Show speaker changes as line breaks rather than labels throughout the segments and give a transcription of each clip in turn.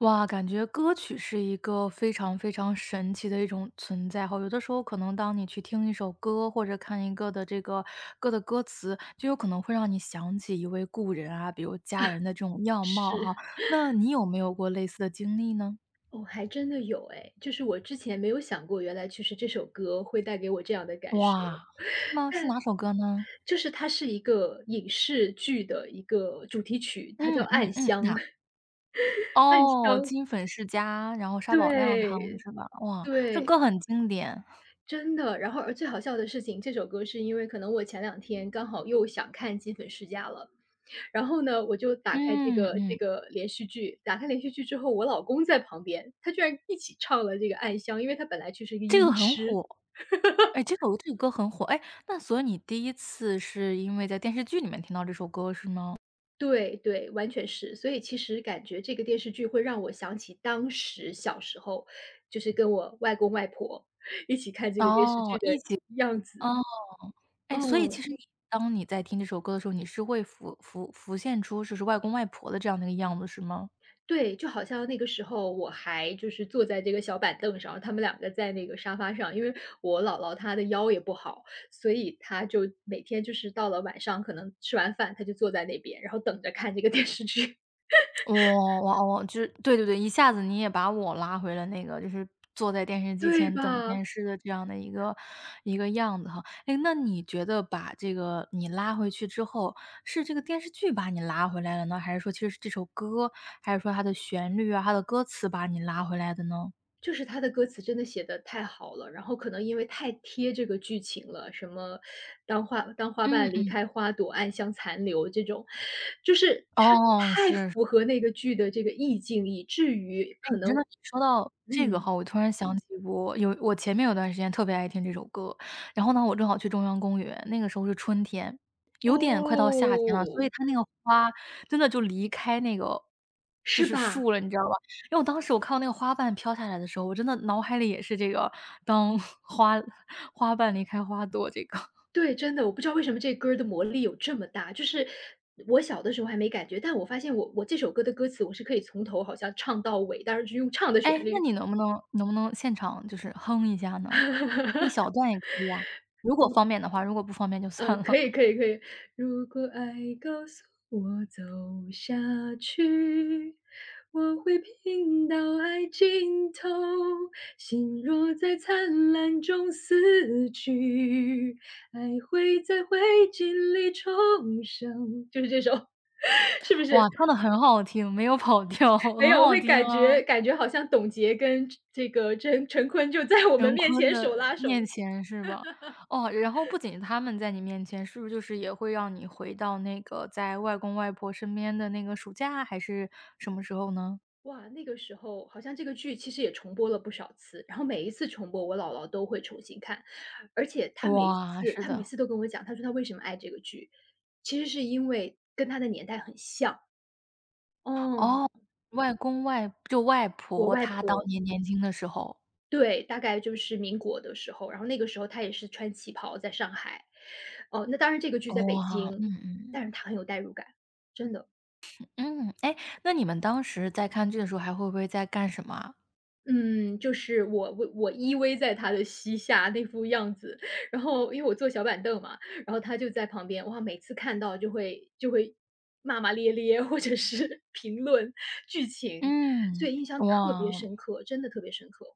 哇，感觉歌曲是一个非常非常神奇的一种存在哈。有的时候可能当你去听一首歌，或者看一个的这个歌的歌词，就有可能会让你想起一位故人啊，比如家人的这种样貌哈。
是，
那你有没有过类似的经历呢？
哦，还真的有哎，就是我之前没有想过，原来其实这首歌会带给我这样的感受。
哇。是吗？是哪首歌呢？
就是它是一个影视剧的一个主题曲，它叫
嗯嗯
《暗
嗯，
香》，
那
《暗香》
哦，《金粉世家》，然后沙宝亮唱的
对，
是吧？哇，这
对，
歌很经典。
真的。然后而最好笑的事情，这首歌是因为可能我前两天刚好又想看《金粉世家》了，然后呢，我就打开这
嗯
个这
嗯，
个连续剧，打开连续剧之后，我老公在旁边，他居然一起唱了这个《暗香》，因为他本来就是一个
这个
音
很
痴，
火。哎，这个歌很火。哎，那所以你第一次是因为在电视剧里面听到这首歌是吗？
对对，完全是。所以其实感觉这个电视剧会让我想起当时小时候，就是跟我外公外婆一起看这个电视
哦，
剧的
一起
样子。
哦，哎，所以
嗯，
其实你当你在听这首歌的时候，你是会浮现出就是外公外婆的这样的一个样子是吗？
对，就好像那个时候我还就是坐在这个小板凳上，他们两个在那个沙发上，因为我姥姥她的腰也不好，所以她就每天就是到了晚上，可能吃完饭她就坐在那边，然后等着看这个电视剧，
哇哇哇！就是对对对，一下子你也把我拉回了那个，就是坐在电视 机
对
前等
吧？
电视的这样的一个样子哈。哎，那你觉得把这个你拉回去之后，是这个电视剧把你拉回来了呢？还是说其实是这首歌，还是说它的旋律啊、它的歌词把你拉回来的呢？
就是他的歌词真的写的太好了，然后可能因为太贴这个剧情了，什么“当花当花
嗯
瓣离
嗯。
开花朵，暗香残留”这种，就是
哦，
它太
是
符合那个剧的这个意境，以至于
哎，
可
你真
能
的说到这个
嗯，
哈，我突然想起我前面有段时间特别爱听这首歌，然后呢，我正好去中央公园，那个时候是春天，有点快到夏天了，所以
哦，
它那个花真的就离开那个就
是
是
吧？
树了，你知道吧？因为我当时我看到那个花瓣飘下来的时候，我真的脑海里也是这个当 花瓣离开花朵这个。
对，真的，我不知道为什么这歌儿的魔力有这么大，就是我小的时候还没感觉，但我发现我这首歌的歌词我是可以从头好像唱到尾，但是是用唱的
哎，
旋
那
律。
你能不能现场就是哼一下呢？一 小段也可以啊，如果方便的话，如果不方便就算
可
了。
以可以可以。如果爱告诉我走下去，我会拼到爱尽头，心若在灿烂中死去，爱会在灰烬里重生。就是这首，是不是？
哇，唱的很好听，没有跑调，很
没有，
好
会
听
感
啊。
觉感觉好像董洁跟这个陈坤就在我们
陈
面
坤
前手
的
拉手。
面前是吧？哦，然后不仅他们在你面前，是不是就是也会让你回到那个在外公外婆身边的那个暑假，还是什么时候呢？
哇，那个时候好像这个剧其实也重播了不少次，然后每一次重播我姥姥都会重新看，而且
哇，是
她每
的。
次都跟我讲，她说她为什么爱这个剧，其实是因为跟她的年代很像。嗯，
哦，外公外就外
我
婆
外
她当
婆
年年轻的时候。
对，大概就是民国的时候，然后那个时候她也是穿旗袍在上海，哦，那当然这个剧在北
哇，嗯
京，
嗯，
但是她很有代入感，真的。
嗯，哎，那你们当时在看剧的时候还会不会在干什么啊？
嗯，就是我依偎在他的膝下那副样子，然后因为我坐小板凳嘛，然后他就在旁边，哇，每次看到就会骂骂咧咧，或者是 评论剧情，所
嗯，
以印象特别
哇。
深刻，真的特别深刻。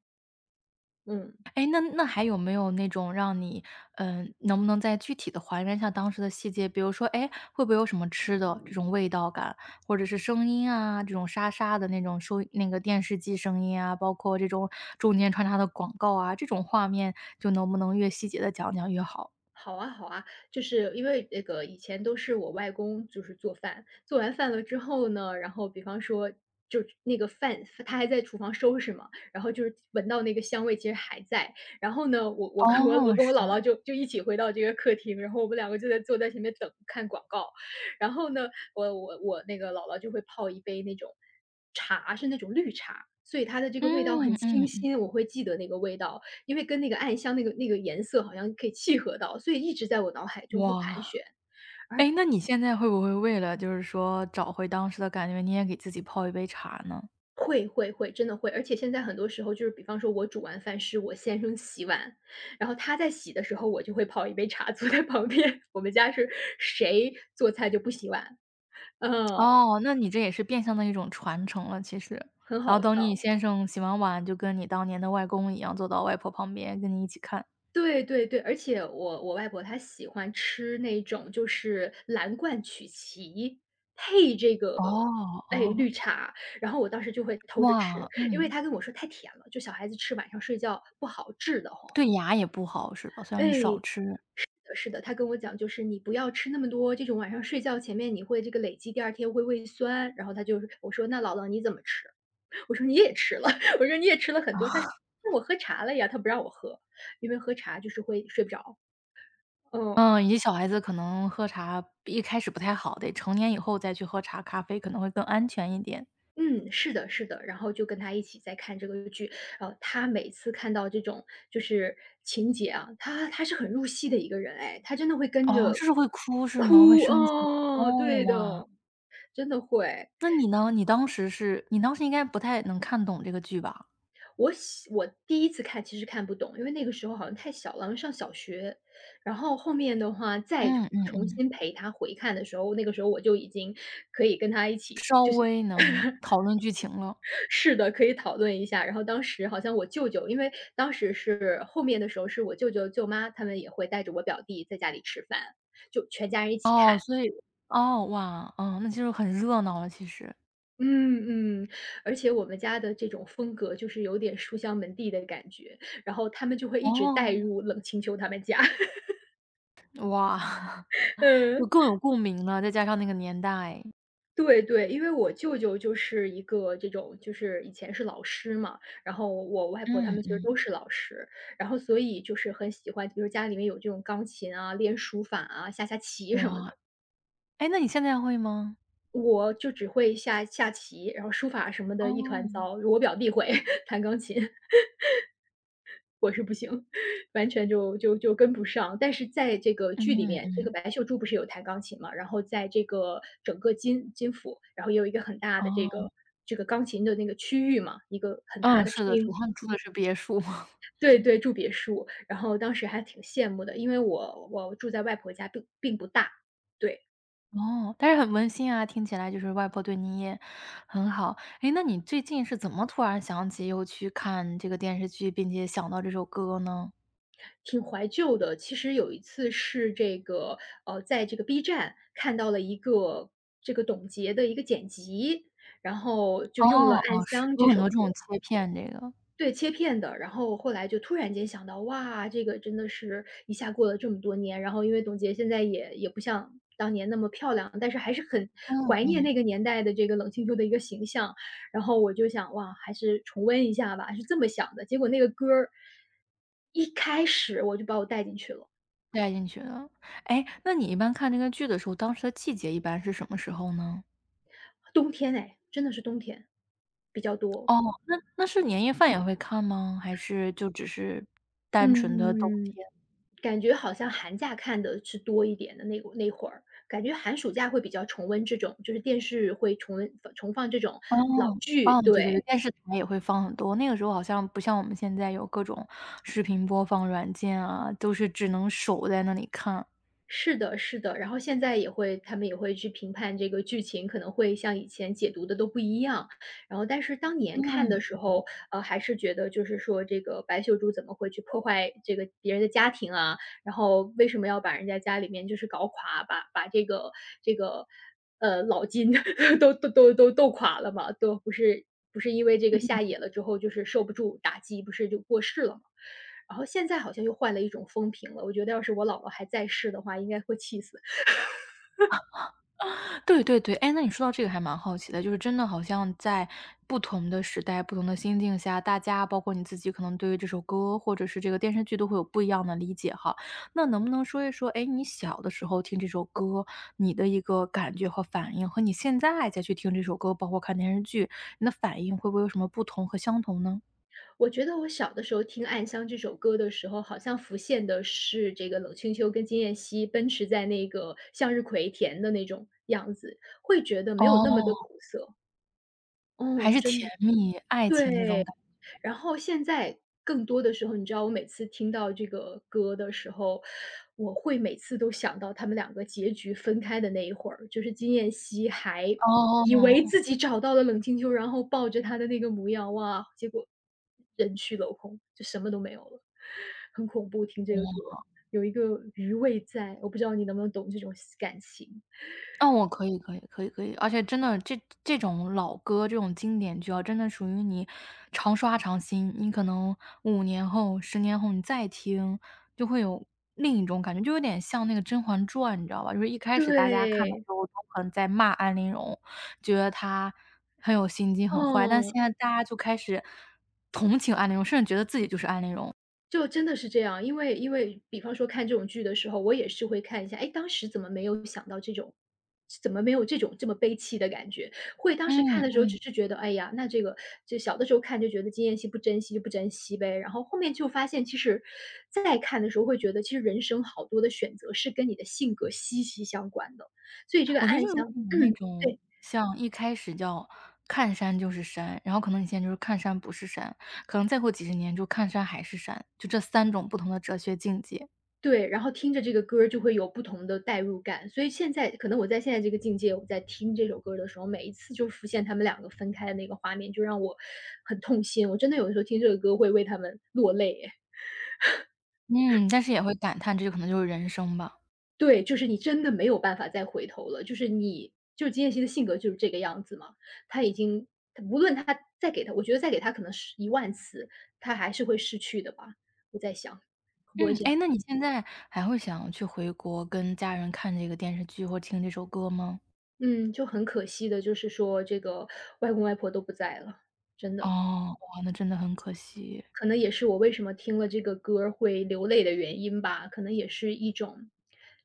嗯。
哎，那还有没有那种让你能不能再具体的还原一下当时的细节？比如说，哎，会不会有什么吃的这种味道感，或者是声音啊，这种沙沙的那种收那个电视机声音啊，包括这种中间穿插的广告啊，这种画面就能不能越细节的讲讲越好？
好啊，好啊，就是因为那个以前都是我外公就是做饭，做完饭了之后呢，然后比方说就那个饭他还在厨房收拾嘛，然后就是闻到那个香味其实还在，然后呢，我我跟我
哦，
我跟
是，
我姥姥就一起回到这个客厅，然后我们两个就坐在前面等看广告，然后呢，我那个姥姥就会泡一杯那种茶，是那种绿茶。所以它的这个味道
嗯
很清
嗯，
新，我会记得那个味道。因为跟那个暗香那个颜色好像可以契合到，所以一直在我脑海中会盘
哇，
旋。
哎，那你现在会不会为了就是说找回当时的感觉，你也给自己泡一杯茶呢？
会，真的会，而且现在很多时候就是比方说我煮完饭是我先生洗碗，然后他在洗的时候，我就会泡一杯茶坐在 旁边。我们家是谁做菜就不洗碗，嗯，
哦，那你这也是变相的一种传承了，其实。
很
然
好
后等你
笑。
先生洗完碗，就跟你当年的外公一样，坐到外婆旁边跟你一起看。
对对对，而且我外婆她喜欢吃那种就是蓝罐曲奇配这个，
哦，
哎，
哦，
绿茶，然后我当时就会偷着吃，
哇，
因为
嗯，
她跟我说太甜了，就小孩子吃晚上睡觉不好，治的慌。
对牙也不好是吧？虽然你少
哎，
吃。
是的，她跟我讲就是你不要吃那么多，这种晚上睡觉前面你会这个累积，第二天会胃酸，然后她就是我说："那姥姥你怎么吃？"我说："你也吃了。我说："你也吃了很多。"她说："那我喝茶了呀。"她不让我喝，因为喝茶就是会睡不着，嗯。
嗯，以及小孩子可能喝茶一开始不太好，得成年以后再去喝茶、咖啡可能会更安全一点。
嗯，是的，是的，然后就跟他一起在看这个剧，然后他每次看到这种就是情节啊，他是很入戏的一个人哎，他真的会跟
哦，就
着
是会哭是吗？会
哭，
生气？
哦，
哦，
对
哇，
的，真的会。
那你呢？你当时是你当时应该不太能看懂这个剧吧？
我第一次看其实看不懂，因为那个时候好像太小了，好像上小学，然后后面的话再
嗯嗯
重
嗯。
新陪他回看的时候，那个时候我就已经可以跟他一起，
稍
就是
微能讨论剧情了。
是的，可以讨论一下。然后当时好像我舅舅，因为当时是后面的时候，是我舅舅、舅妈他们也会带着我表弟在家里吃饭，就全家人一起
哦，
看。
所以哦，哇，嗯，那就是很热闹了，其实。
嗯嗯，而且我们家的这种风格就是有点书香门第的感觉，然后他们就会一直带
哦，
入冷清秋他们家。
哇，就
嗯。
更有共鸣了，再加上那个年代。
对对，因为我舅舅就是一个这种就是以前是老师嘛，然后我外婆他
嗯
们其实
嗯，
都是老师，然后所以就是很喜欢，比如家里面有这种钢琴啊、练书法啊、下棋什么
哇，
的。
哎，那你现在会吗？
我就只会下棋，然后书法什么的一团
哦，
糟，我表弟会 弹钢琴。完全就跟不上。但是在这个
嗯
剧里面，这个
嗯，
白秀珠不是有弹钢琴嘛，然后在这个整个金府，然后也有一个很大的这个
哦，
这个钢琴的那个区域嘛，一个很大
嗯，
的
是的
体
是的，他们住的是别墅。
对
嗯
对，住别墅。然后当时还挺羡慕的，因为我住在外婆家并不大。对，
哦，但是很温馨啊，听起来就是外婆对你也很好。哎，那你最近是怎么突然想起又去看这个电视剧，并且想到这首歌呢？
挺怀旧的。其实有一次是这个，在这个 B 站看到了一个这个董洁的一个剪辑，然后就
哦，
用了《暗
哦，是，
香》
有
这
很
首
多这
歌。
种切片这个，
对，切片的，然后后来就突然间想到，哇，这个真的是一下过了这么多年，然后因为董洁现在也不像当年那么漂亮，但是还是很怀
嗯，
念那个年代的这个冷清秋的一个形象，然后我就想，哇，还是重温一下吧，是这么想的。结果那个歌儿一开始我就把我带进去了，
带进去的。哎，那你一般看这个剧的时候，当时的季节一般是什么时候呢？
冬天哎，真的是冬天比较
哦，
多，
那那是年夜饭也会看吗？还是就只是单
嗯
纯的冬
嗯。嗯
天？
感觉好像寒假看的是多一点的，那个那会儿，感觉寒暑假会比较重温这种，就是电视会重温重放这种
哦，
老剧，
哦，对对对，
对，
电视台也会放很多，那个时候好像不像我们现在有各种视频播放软件啊，都是只能守在那里看。
是的是的。然后现在也会他们也会去评判这个剧情，可能会像以前解读的都不一样。然后但是当年
嗯。
看的时候，还是觉得就是说这个白秀珠怎么会去破坏这个别人的家庭啊，然后为什么要把人家家里面就是搞垮，把这个，老金 都斗垮了嘛，都不是不是因为这个下野了之后就是受不住打击，不是就过世了嘛。然后现在好像又换了一种风评了，我觉得要是我姥姥还在世的话，应该会气死。
对对对，哎，那你说到这个还蛮好奇的，就是真的好像在不同的时代、不同的心境下，大家包括你自己，可能对于这首歌或者是这个电视剧都会有不一样的理解哈。那能不能说一说，哎，你小的时候听这首歌，你的一个感觉和反应，和你现在再去听这首歌，包括看电视剧，你的反应会不会有什么不同和相同呢？
我觉得我小的时候听《暗香》这首歌的时候，好像浮现的是这个冷清秋跟金燕西奔驰在那个向日葵田的那种样子，会觉得没有那么的
哦，
苦涩，
还
哦，
是
真
甜
的。
蜜、爱情那种
对，
感觉。
然后现在更多的时候，你知道我每次听到这个歌的时候，我会每次都想到他们两个结局分开的那一会儿，就是金燕西还以
哦，
为自己找到了冷清秋，然后抱着他的那个模样，哇，结果人去楼空，就什么都没有了，很恐怖。听这个歌
嗯
有一个余味在，我不知道你能不能懂这种感情。
嗯，我可以可以可以可以，而且真的这种老歌，这种经典剧啊，真的属于你常刷常新。你可能5年后、10年后你再听，就会有另一种感觉，就有点像那个《甄嬛传》，你知道吧？就是一开始大家看的时
对，
候都可能在骂安陵容，觉得她很有心机、很坏，但
嗯。
现在大家就开始同情安陵容，甚至觉得自己就是安陵容。
就真的是这样，因为比方说看这种剧的时候，我也是会看一下，哎，当时怎么没有想到这种怎么没有这种这么悲戚的感觉？会当时看的时候
嗯。
只是觉得，哎呀，那这个就小的时候看就觉得经验惜不珍惜就不珍惜呗，然后后面就发现其实再看的时候会觉得，其实人生好多的选择是跟你的性格息息相关的，所以这个
我觉得
暗
就有
香，
点那
嗯，
种
对。
像一开始叫看山就是山，然后可能你现在就是看山不是山，可能再过几十年就看山还是山，就这3种不同的哲学境界。
对，然后听着这个歌儿就会有不同的代入感，所以现在可能我在现在这个境界，我在听这首歌儿的时候，每一次就浮现他们两个分开的那个画面，就让我很痛心。我真的有的时候听这个歌会为他们落泪哎。
嗯，但是也会感叹这就可能就是人生吧。
对，就是你真的没有办法再回头了，就是你就是金燕西的性格就是这个样子嘛，他已经他无论他再给他，我觉得再给他可能是10000次，他还是会失去的吧，我在想，会不会
嗯，
这样？
哎，那你现在还会想要去回国跟家人看这个电视剧或听这首歌吗？
嗯，就很可惜的，就是说这个外公外婆都不在了，真的，
哦，哇，那真的很可惜，
可能也是我为什么听了这个歌儿会流泪的原因吧，可能也是一种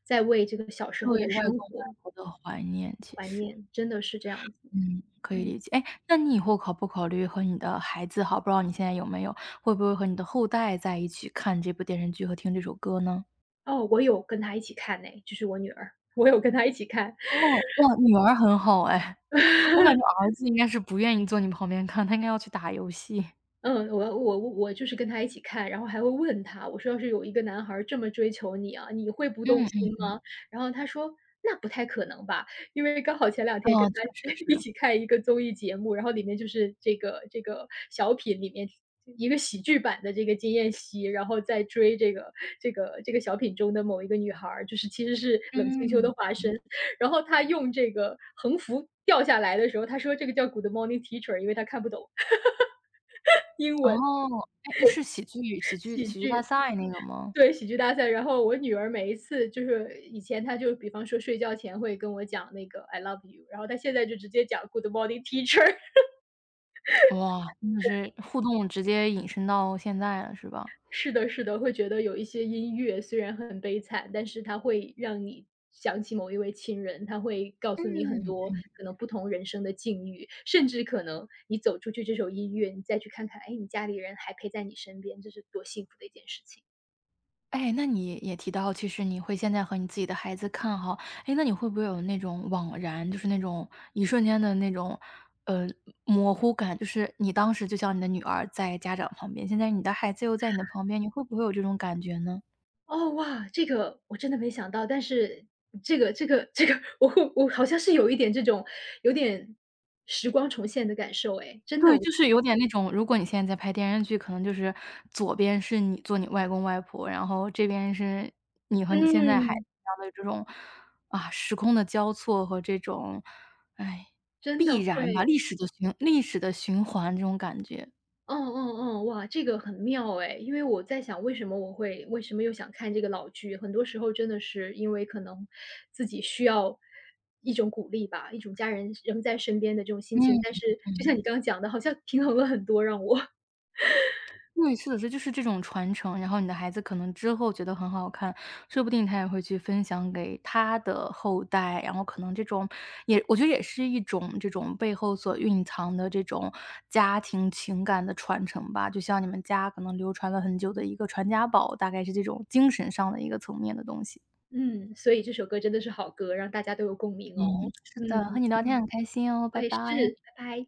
在为这个小时候
对
的
外
生
公外
活
婆的怀念其
怀
实。
念，真的是这样子。
嗯，可以
嗯，
理解。哎，那你以后考不考虑和你的孩子好，不知道你现在有没有，会不会和你的后代在一起看这部电视剧和听这首歌呢？
哦，我有跟她一起看呢，就是我女儿，我有跟她一起看。
哦，哇，女儿很好哎，我感觉 儿子应该是不愿意坐你旁边看，他应该要去打游戏。
嗯，我就是跟他一起看，然后还会问他，我说：“要是有一个男孩儿这么追求你啊，你会不动
嗯
心
嗯，
吗？”然后他说：“那不太可能吧。”因为刚好前两天跟
哦，
他
确实
一
是。
起看一个综艺节目，然后里面就是这个小品里面一个喜剧版的这个金燕西，然后在追这个小品中的某一个女孩儿，就是其实是冷清秋的
嗯，
化身。然后他用这个横幅掉下来的时候，他说这个叫 “Good morning teacher”，因为他看不懂英
哦，
文。
哎，那是喜剧喜剧
喜
喜剧大
剧，
赛那个吗？
对，喜剧大赛。然后我女儿每一次就是以前她就比方说睡觉前会跟我讲那个 I love you，然后她现在就直接讲 Good morning teacher。
哇，真的是互动直接引申到现在了，是吧？
是的，是的，会觉得有一些音乐虽然很悲惨，但是它会让你想起某一位亲人，它会告诉
嗯。
你很多可能不同人生的境遇，甚至可能你走出去这首音乐，你再去看看，哎，你家里人还陪在你身边，这是多幸福的一件事情。
哎，那你也提到，其实你会现在和你自己的孩子看哈，哎，那你会不会有那种惘然，就是那种一瞬间的那种，呃，模糊感？就是你当时就像你的女儿在家长旁边，现在你的孩子又在你的旁边，你会不会有这种感觉呢？
哦，哇，这个我真的没想到，但是这个，我会我好像是有一点这种有点时光重现的感受哎，真
对，
的我
就是有点那种，如果你现在在拍电视剧，可能就是左边是你做你外公外婆，然后这边是你和你现在孩子
嗯，
一样的这种，啊，时空的交错和这种，哎，
真
必
的会。
然吧，历史的循环这种感觉。
嗯嗯嗯，哇，这个很妙哎，因为我在想为什么我会为什么又想看这个老剧，很多时候真的是因为可能自己需要一种鼓励吧，一种家人仍在身边的这种心情，但
嗯。
是就像你刚刚讲的，好像平衡了很多让我。
对，是的，这就是这种传承，然后你的孩子可能之后觉得很好看，说不定他也会去分享给他的后代，然后可能这种也我觉得也是一种这种背后所蕴藏的这种家庭情感的传承吧，就像你们家可能流传了很久的一个传家宝，大概是这种精神上的一个层面的东西。
嗯，所以这首歌真的是好歌，让大家都有共鸣哦。
是的，和
嗯，
你聊天很开心哦，
我
拜
也
拜。
是，拜拜。